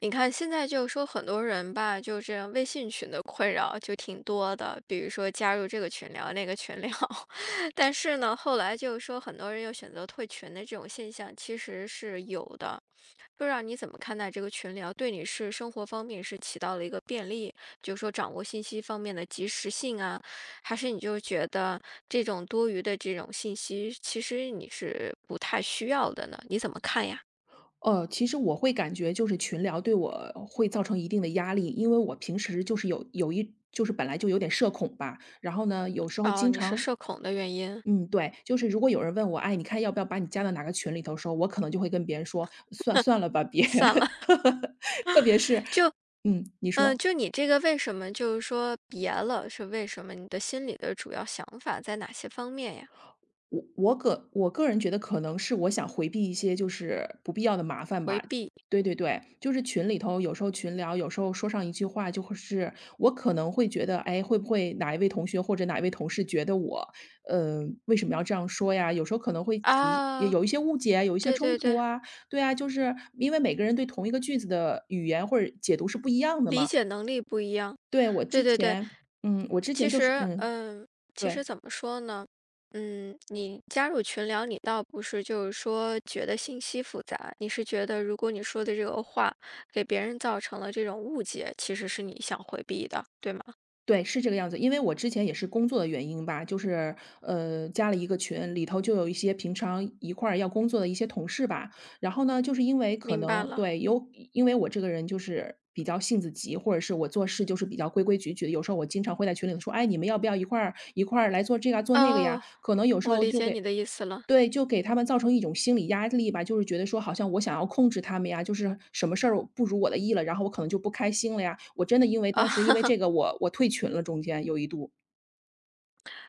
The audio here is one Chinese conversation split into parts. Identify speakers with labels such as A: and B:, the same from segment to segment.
A: 你看，现在就说很多人吧，就这样微信群的困扰就挺多的，比如说加入这个群聊那个群聊，但是呢，后来就是说很多人又选择退群的这种现象其实是有的。不知道你怎么看待这个群聊，对你是生活方面是起到了一个便利，就是说掌握信息方面的及时性啊，还是你就觉得这种多余的这种信息，其实你是不太需要的呢？你怎么看呀？
B: 其实我会感觉就是群聊对我会造成一定的压力，因为我平时就是本来就有点社恐吧。然后呢，有时候
A: 哦，
B: 经
A: 你是
B: 常
A: 社恐的原因，
B: 嗯，对。就是如果有人问我，哎，你看要不要把你加到哪个群里头的时候，我可能就会跟别人说，算了吧，别。
A: 算了。
B: 特别是，
A: 就
B: 嗯，你说，
A: 你这个为什么就是说别了，是为什么？你的心里的主要想法在哪些方面呀？
B: 我个人觉得可能是我想回避一些就是不必要的麻烦
A: 回
B: 吧。
A: 避
B: 对对对，就是群里头有时候群聊，有时候说上一句话就会是我可能会觉得，哎，会不会哪一位同学或者哪一位同事觉得我，为什么要这样说呀？有时候可能会起也
A: 啊，
B: 有一些误解啊，有一些
A: 对
B: 冲
A: 对
B: 突
A: 对，
B: 啊。对啊，就是因为每个人对同一个句子的语言或者解读是不一样的
A: 理
B: 嘛。
A: 解能力不一样，
B: 对，我
A: 对
B: 之
A: 对对。
B: 前嗯，我之前
A: 其
B: 就是
A: 实，
B: 嗯，
A: 嗯，其实
B: 对。
A: 怎么说呢？嗯，你加入群聊，你倒不是就是说觉得信息复杂，你是觉得如果你说的这个话给别人造成了这种误解，其实是你想回避的，对吗？
B: 对，是这个样子。因为我之前也是工作的原因吧，就是，加了一个群，里头就有一些平常一块儿要工作的一些同事吧。然后呢，就是因为可
A: 明白
B: 能
A: 了。
B: 对，有因为我这个人就是比较性子急，或者是我做事就是比较规规矩矩的，有时候我经常会在群里头说："哎，你们要不要一块儿来做这个啊做那个呀？"
A: 哦，
B: 可能有时
A: 我
B: 候
A: 理
B: 就
A: 解
B: 给
A: 你的意思了。
B: 对，就给他们造成一种心理压力吧，就是觉得说好像我想要控制他们呀，就是什么事儿不如我的意了，然后我可能就不开心了呀。我真的因为当时
A: 啊。
B: 因为这个我退群了，中间有一度。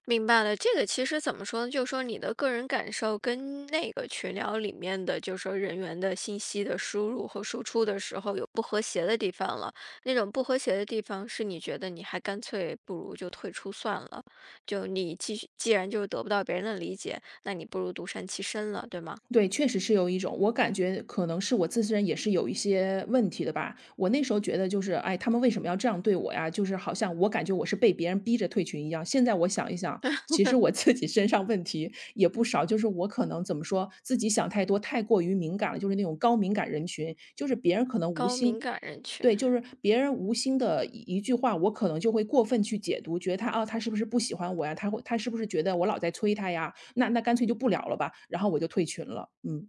A: 明白了，这个其实怎么说呢？就是说你的个人感受跟那个群聊里面的，就是说人员的信息的输入和输出的时候有不和谐的地方了。那种不和谐的地方是你觉得你还干脆不如就退出算了，就你继续，既然就是得不到别人的理解，那你不如独善其身了，对吗？
B: 对，确实是有一种，我感觉可能是我自身也是有一些问题的吧。我那时候觉得就是，哎，他们为什么要这样对我呀？就是好像我感觉我是被别人逼着退群一样。现在我想一想，其实我自己身上问题也不少，就是我可能怎么说，自己想太多，太过于敏感了，就是那种高敏感人群，就是别人可能无
A: 高
B: 心
A: 敏感人群。
B: 对，就是别人无心的一句话，我可能就会过分去解读，觉得他啊，他是不是不喜欢我呀？他会他是不是觉得我老在催他呀？那干脆就不聊了吧，然后我就退群了。嗯，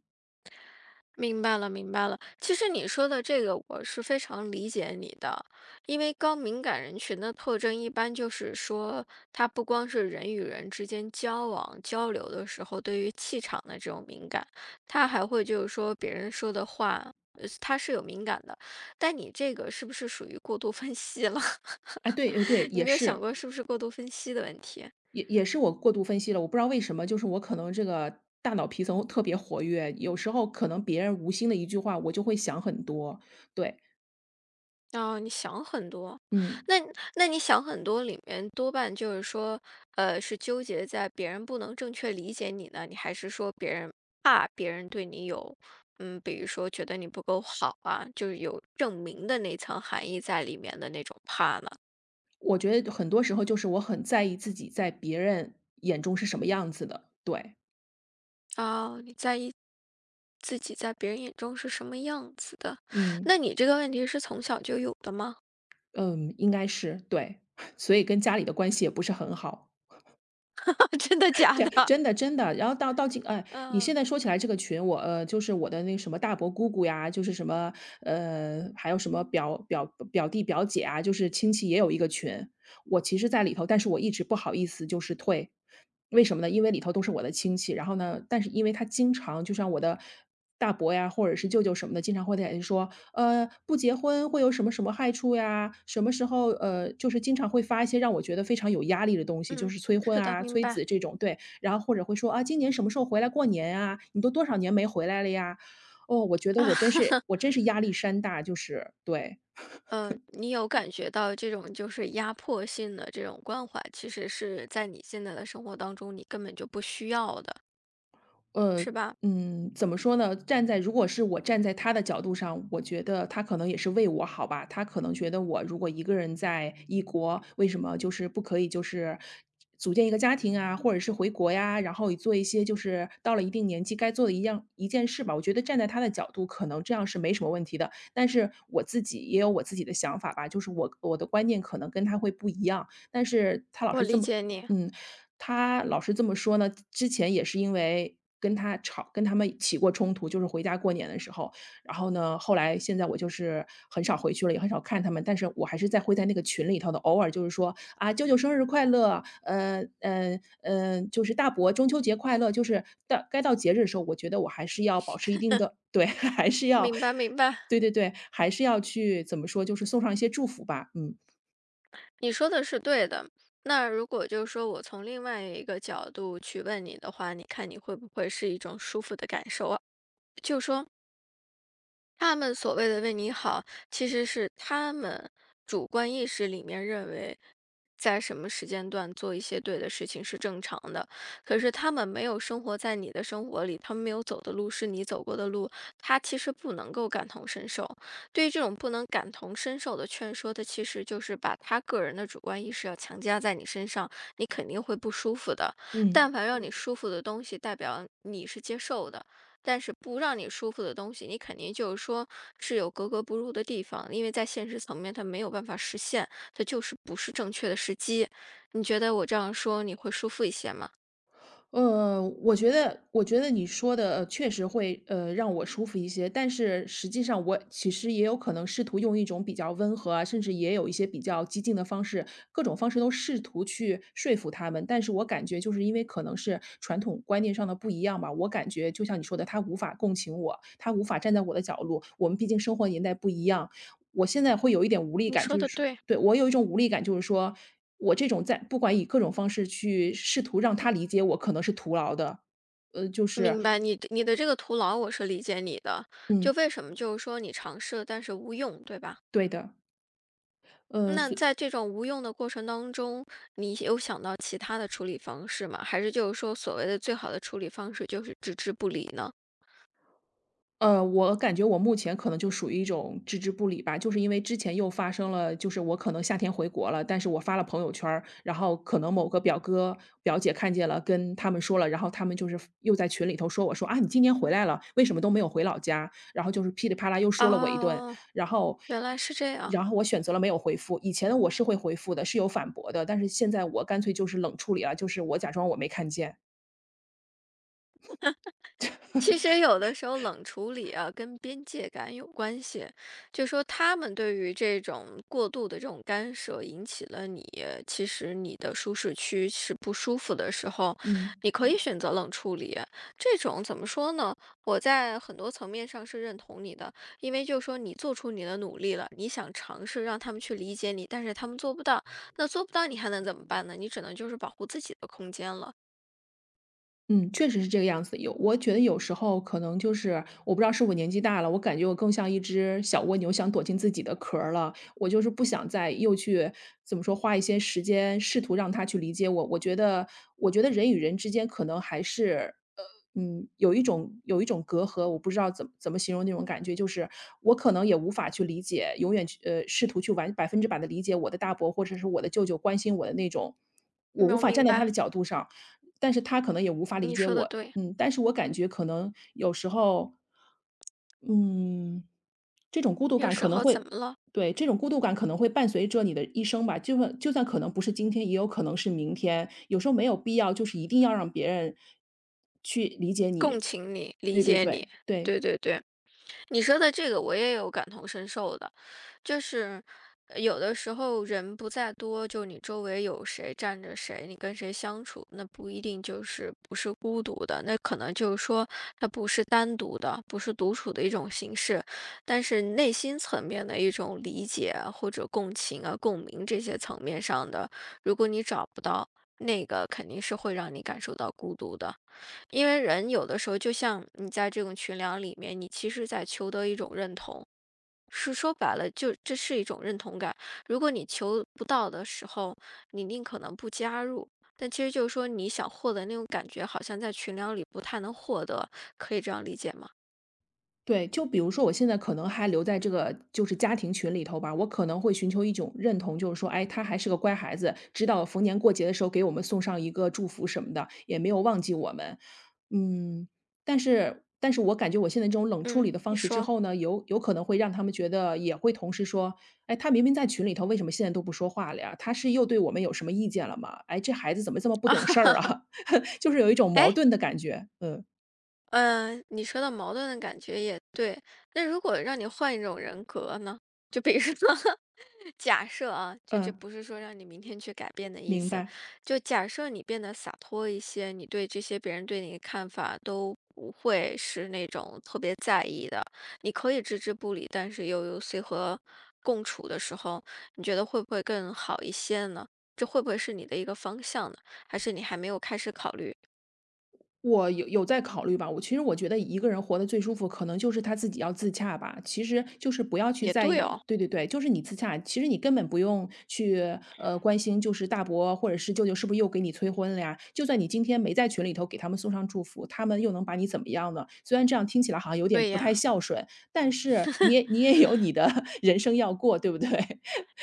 A: 明白了，明白了。其实你说的这个，我是非常理解你的，因为高敏感人群的特征一般就是说，他不光是人与人之间交往交流的时候对于气场的这种敏感，他还会就是说别人说的话，他是有敏感的。但你这个是不是属于过度分析了？
B: 哎，对，哎，对，
A: 你
B: 也
A: 没有想
B: 是，
A: 过是不是过度分析的问题？
B: 也是我过度分析了，我不知道为什么，就是我可能这个大脑皮层特别活跃，有时候可能别人无心的一句话，我就会想很多。对，
A: 哦，你想很多，
B: 嗯，
A: 那你想很多里面多半就是说，呃，是纠结在别人不能正确理解你呢，你还是说别人怕别人对你有，嗯，比如说觉得你不够好啊，就是有证明的那层含义在里面的那种怕呢？
B: 我觉得很多时候就是我很在意自己在别人眼中是什么样子的。对，
A: 哦，你在意自己在别人眼中是什么样子的？
B: 嗯。
A: 那你这个问题是从小就有的吗？
B: 嗯，应该是，对。所以跟家里的关系也不是很好，
A: 真的 假
B: 这
A: 的？
B: 真的真的。然后到今哎，你
A: 嗯
B: 现在说起来这个群，我就是我的那个什么大伯姑姑呀，就是什么还有什么表弟表姐啊，就是亲戚也有一个群。我其实在里头，但是我一直不好意思就是退，为什么呢？因为里头都是我的亲戚，然后呢，但是因为他经常就像我的大伯呀，或者是舅舅什么的，经常会在说，不结婚会有什么什么害处呀？什么时候就是经常会发一些让我觉得非常有压力的东西，就
A: 嗯，
B: 是催婚
A: 是的，
B: 啊、
A: 明
B: 催
A: 白
B: 子这种，对。然后或者会说啊，今年什么时候回来过年啊？你都多少年没回来了呀？哦，我觉得
A: 啊。
B: 我真是我 真是压力山大，就是对。
A: 你有感觉到这种就是压迫性的这种关怀，其实是在你现在的生活当中，你根本就不需要的，
B: 呃，
A: 是吧？
B: 嗯，怎么说呢？站在如果是我站在他的角度上，我觉得他可能也是为我好吧。他可能觉得我如果一个人在异国，为什么就是不可以就是组建一个家庭啊，或者是回国呀，然后做一些就是到了一定年纪该做的一件事吧。我觉得站在他的角度，可能这样是没什么问题的。但是我自己也有我自己的想法吧，就是我的观念可能跟他会不一样，但是他老
A: 我
B: 是这
A: 理
B: 么。
A: 解你，
B: 嗯，他老是这么说呢，之前也是因为跟他吵跟他们起过冲突，就是回家过年的时候。然后呢，后来现在我就是很少回去了，也很少看他们，但是我还是在会在那个群里头的，偶尔就是说："啊，舅舅生日快乐！"就是"大伯中秋节快乐！"就是到该到节日的时候，我觉得我还是要保持一定的对，还是要
A: 明白明白，
B: 对对对，还是要去怎么说，就是送上一些祝福吧，嗯。
A: 你说的是对的。那如果就是说我从另外一个角度去问你的话，你看你会不会是一种舒服的感受啊？就说。他们所谓的“为你好”，其实是他们主观意识里面认为，在什么时间段做一些对的事情是正常的。可是他们没有生活在你的生活里，他们没有走的路是你走过的路，他其实不能够感同身受。对于这种不能感同身受的劝说，他其实就是把他个人的主观意识要强加在你身上，你肯定会不舒服的。
B: 嗯。
A: 但凡让你舒服的东西，代表你是接受的。但是不让你舒服的东西，你肯定就是说是有格格不入的地方，因为在现实层面它没有办法实现，它就是不是正确的时机。你觉得我这样说你会舒服一些吗？
B: 我觉得你说的确实会，让我舒服一些，但是实际上我其实也有可能试图用一种比较温和啊，甚至也有一些比较激进的方式，各种方式都试图去说服他们，但是我感觉就是因为可能是传统观念上的不一样吧，我感觉就像你说的，他无法共情我，他无法站在我的角度，我们毕竟生活年代不一样，我现在会有一点无力
A: 你
B: 感，
A: 说
B: 就是
A: 的
B: 说
A: 对，
B: 对，我有一种无力感，就是说我这种在不管以各种方式去试图让他理解我，可能是徒劳的。就是
A: 明白你的这个徒劳，我是理解你的。
B: 嗯，
A: 就为什么就是说你尝试了，但是无用，对吧？
B: 对的。呃，
A: 那
B: 所
A: 在这种无用的过程当中，你有想到其他的处理方式吗？还是就是说所谓的最好的处理方式就是置之不理呢？
B: 我感觉我目前可能就属于一种置之不理吧，就是因为之前又发生了，就是我可能夏天回国了，但是我发了朋友圈儿然后可能某个表哥表姐看见了，跟他们说了，然后他们就是又在群里头说我说啊，你今年回来了，为什么都没有回老家？然后就是噼里啪啦又说了我一顿，
A: 哦，
B: 然后
A: 原来是这样。
B: 然后我选择了没有回复。以前的我是会回复的，是有反驳的，但是现在我干脆就是冷处理了，就是我假装我没看见。
A: 其实有的时候冷处理啊，跟边界感有关系。就说他们对于这种过度的这种干涉，引起了你其实你的舒适区是不舒服的时候，
B: 嗯。
A: 你可以选择冷处理。这种怎么说呢？我在很多层面上是认同你的，因为就说你做出你的努力了，你想尝试让他们去理解你，但是他们做不到，那做不到你还能怎么办呢？你只能就是保护自己的空间了。
B: 嗯，确实是这个样子。有我觉得有时候可能就是我不知道是我年纪大了，我感觉我更像一只小蜗牛，想躲进自己的壳儿了。我就是不想再又去怎么说，花一些时间试图让他去理解我。我觉得，我觉得人与人之间可能还是。嗯，有一种有一种隔阂，我不知道怎么形容那种感觉，就是我可能也无法去理解，永远去试图去完100%的理解我的大伯或者是我的舅舅关心我的那种，我
A: 没
B: 无
A: 有
B: 法站
A: 明
B: 在他
A: 白，
B: 的角度上，但是他可能也无法理
A: 你
B: 解
A: 说的
B: 我，
A: 对。
B: 嗯，但是我感觉可能有时候，嗯，这种孤独
A: 有
B: 感
A: 时
B: 可能
A: 候怎
B: 会
A: 么了？
B: 对，这种孤独感可能会伴随着你的一生吧，就算可能不是今天，也有可能是明天，有时候没有必要，就是一定要让别人去理解
A: 共
B: 你，
A: 情你，理
B: 对对
A: 解你，
B: 对，对。
A: 对对对，你说的这个我也有感同身受的，就是有的时候人不在多，就你周围有谁站着谁，你跟谁相处，那不一定就是不是孤独的，那可能就是说它不是单独的，不是独处的一种形式，但是内心层面的一种理解啊或者共情啊、共鸣这些层面上的，如果你找不到，那个肯定是会让你感受到孤独的。因为人有的时候，就像你在这种群聊里面，你其实在求得一种认同，是说白了，就这是一种认同感。如果你求不到的时候，你宁可能不加入。但其实就是说，你想获得那种感觉，好像在群聊里不太能获得，可以这样理解吗？
B: 对，就比如说我现在可能还留在这个就是家庭群里头吧，我可能会寻求一种认同，就是说，哎，他还是个乖孩子，知道逢年过节的时候给我们送上一个祝福什么的，也没有忘记我们。嗯，但是我感觉我现在这种冷处
A: 嗯，
B: 理的方
A: 你
B: 式之
A: 说
B: 后呢，有可能会让他们觉得也会同时说，哎，他明明在群里头，为什么现在都不说话了呀？他是又对我们有什么意见了吗？哎，这孩子怎么这么不
A: 啊，
B: 懂事儿啊？就是有一种矛
A: 哎，
B: 盾的感觉。嗯
A: 嗯、你说到矛盾的感觉也对。那如果让你换一种人格呢？就比如说假设啊，就这
B: 嗯，
A: 不是说让你明天去改变的意
B: 明
A: 思，
B: 白。
A: 就假设你变得洒脱一些，你对这些别人对你的看法都不会是那种特别在意的，你可以置之不理，但是又有随和共处的时候，你觉得会不会更好一些呢？这会不会是你的一个方向呢？还是你还没有开始考虑？
B: 我有在考虑吧，我其实我觉得一个人活得最舒服，可能就是他自己要自洽吧。其实就是不要去
A: 也
B: 在
A: 对
B: 意，
A: 哦，
B: 对对对，就是你自洽。其实你根本不用去关心，就是大伯或者是舅舅是不是又给你催婚了呀？就算你今天没在群里头给他们送上祝福，他们又能把你怎么样呢？虽然这样听起来好像有点
A: 对
B: 不太
A: 呀，
B: 孝顺，但是你也有你的 人生要过，对不对？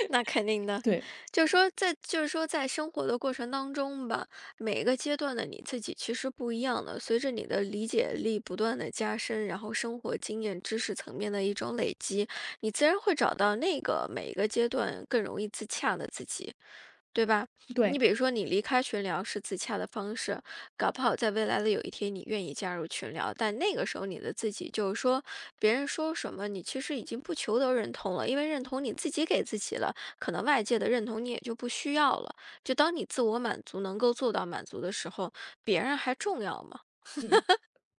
A: 那肯定 的，
B: 对
A: 就是说在就是说在生活的过程当中吧，每个阶段的你自己其实不一样的。随着你的理解力不断的加深，然后生活经验、知识层面的一种累积，你自然会找到那个每一个阶段更容易自洽的自己。对吧？你
B: 对，
A: 比如说，你离开群聊是自洽的方式，搞不好在未来的有一天，你愿意加入群聊，但那个时候你的自己就是说，别人说什么，你其实已经不求得认同了，因为认同你自己给自己了，可能外界的认同你也就不需要了。就当你自我满足能够做到满足的时候，别人还重要吗？
B: 嗯，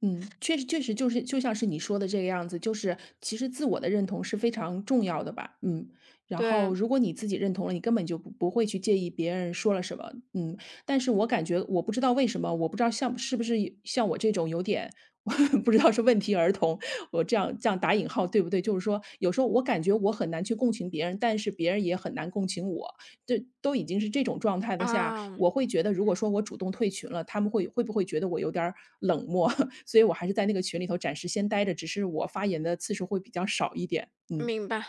B: 嗯，确实确实就是就像是你说的这个样子，就是其实自我的认同是非常重要的吧，嗯。然后
A: 对
B: 如果你自己认同了，你根本就不会去介意别人说了什么，嗯。但是我感觉我不知道为什么，我不知道像是不是像我这种有点 不知道是问题儿童，我这样打引号对不对？就是说有时候我感觉我很难去共情别人，但是别人也很难共情我。这都已经是这种状态的下，
A: 啊，
B: 我会觉得如果说我主动退群了，他们会不会觉得我有点儿冷漠？所以我还是在那个群里头暂时先待着，只是我发言的次数会比较少一点。嗯，
A: 明白，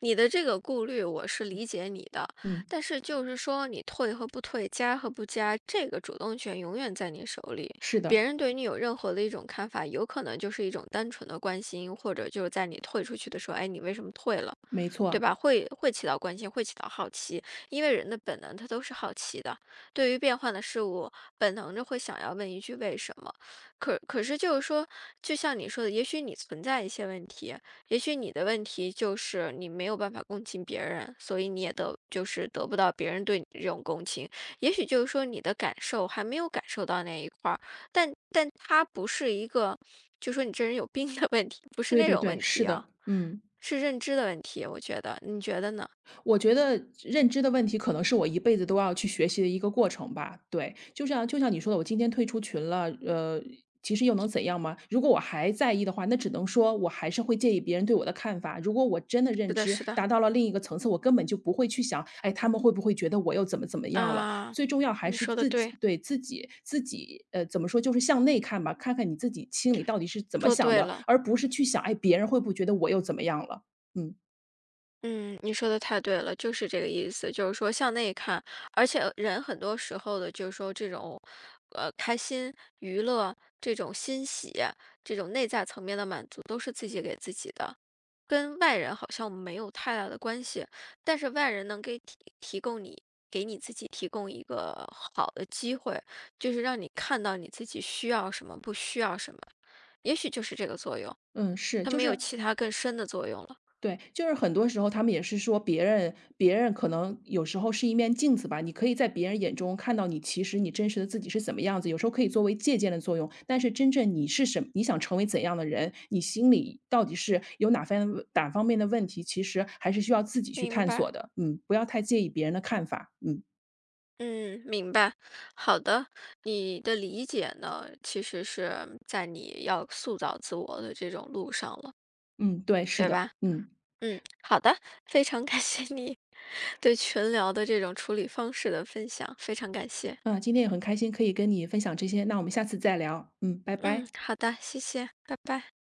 A: 你的这个顾虑我是理解你的，
B: 嗯，
A: 但是就是说你退和不退，加和不加，这个主动权永远在你手里。
B: 是的，
A: 别人对你有任何的一种看法，有可能就是一种单纯的关心，或者就是在你退出去的时候，哎，你为什么退了，
B: 没
A: 对
B: 错，
A: 吧？会会起到关心，会起到好奇，因为人的本能他都是好奇的，对于变换的事物，本能着会想要问一句为什么。可是就是说，就像你说的，也许你存在一些问题。也许你的问题就是你没有办法共情别人，所以你也得就是得不到别人对你的这种共情。也许就是说你的感受还没有感受到那一块儿，但它不是一个，就说你这人有病的问题，不是
B: 对
A: 那
B: 对
A: 种
B: 对，
A: 问
B: 是
A: 题
B: 的，
A: 啊，
B: 嗯。
A: 是认知的问题。我觉得，你觉得呢？
B: 我觉得认知的问题可能是我一辈子都要去学习的一个过程吧。对，就像你说的，我今天退出群了，其实又能怎样吗？如果我还在意的话，那只能说我还是会介意别人对我的看法。如果我真的认
A: 是的，
B: 知
A: 是的，
B: 达到了另一个层次，我根本就不会去想，哎，他们会不会觉得我又怎么样了？
A: 啊，
B: 最重要还
A: 你
B: 是
A: 说的
B: 自己
A: 对，
B: 对自己，怎么说，就是向内看吧，看看你自己心里到底是怎么
A: 说
B: 想
A: 对
B: 的，
A: 了。
B: 而不是去想，哎，别人会不会觉得我又怎么样了？嗯
A: 嗯，你说的太对了，就是这个意思，就是说向内看，而且人很多时候的，就是说这种，呃，开心、娱乐、这种欣喜、这种内在层面的满足，都是自己给自己的，跟外人好像没有太大的关系。但是外人能给提供你，给你自己提供一个好的机会，就是让你看到你自己需要什么，不需要什么，也许就是这个作用，
B: 嗯，是，
A: 它
B: 就
A: 没有
B: 是
A: 其他更深的作用了，
B: 对，就是很多时候他们也是说别人可能有时候是一面镜子吧，你可以在别人眼中看到你其实你真实的自己是怎么样子，有时候可以作为借鉴的作用。但是真正你是什么，你想成为怎样的人，你心里到底是有哪方面的问题，其实还是需要自己去
A: 明
B: 探
A: 白。
B: 索的。嗯，不要太介意别人的看法。嗯
A: 嗯，明白。好的，你的理解呢，其实是在你要塑造自我的这种路上了，
B: 嗯，对，是
A: 对
B: 的，
A: 吧？
B: 嗯
A: 嗯，好的，非常感谢你 对群聊的这种处理方式的分享，非常感谢。
B: 啊，今天也很开心可以跟你分享这些，那我们下次再聊。嗯，拜
A: 嗯，
B: 拜。
A: 好的，谢谢，拜拜。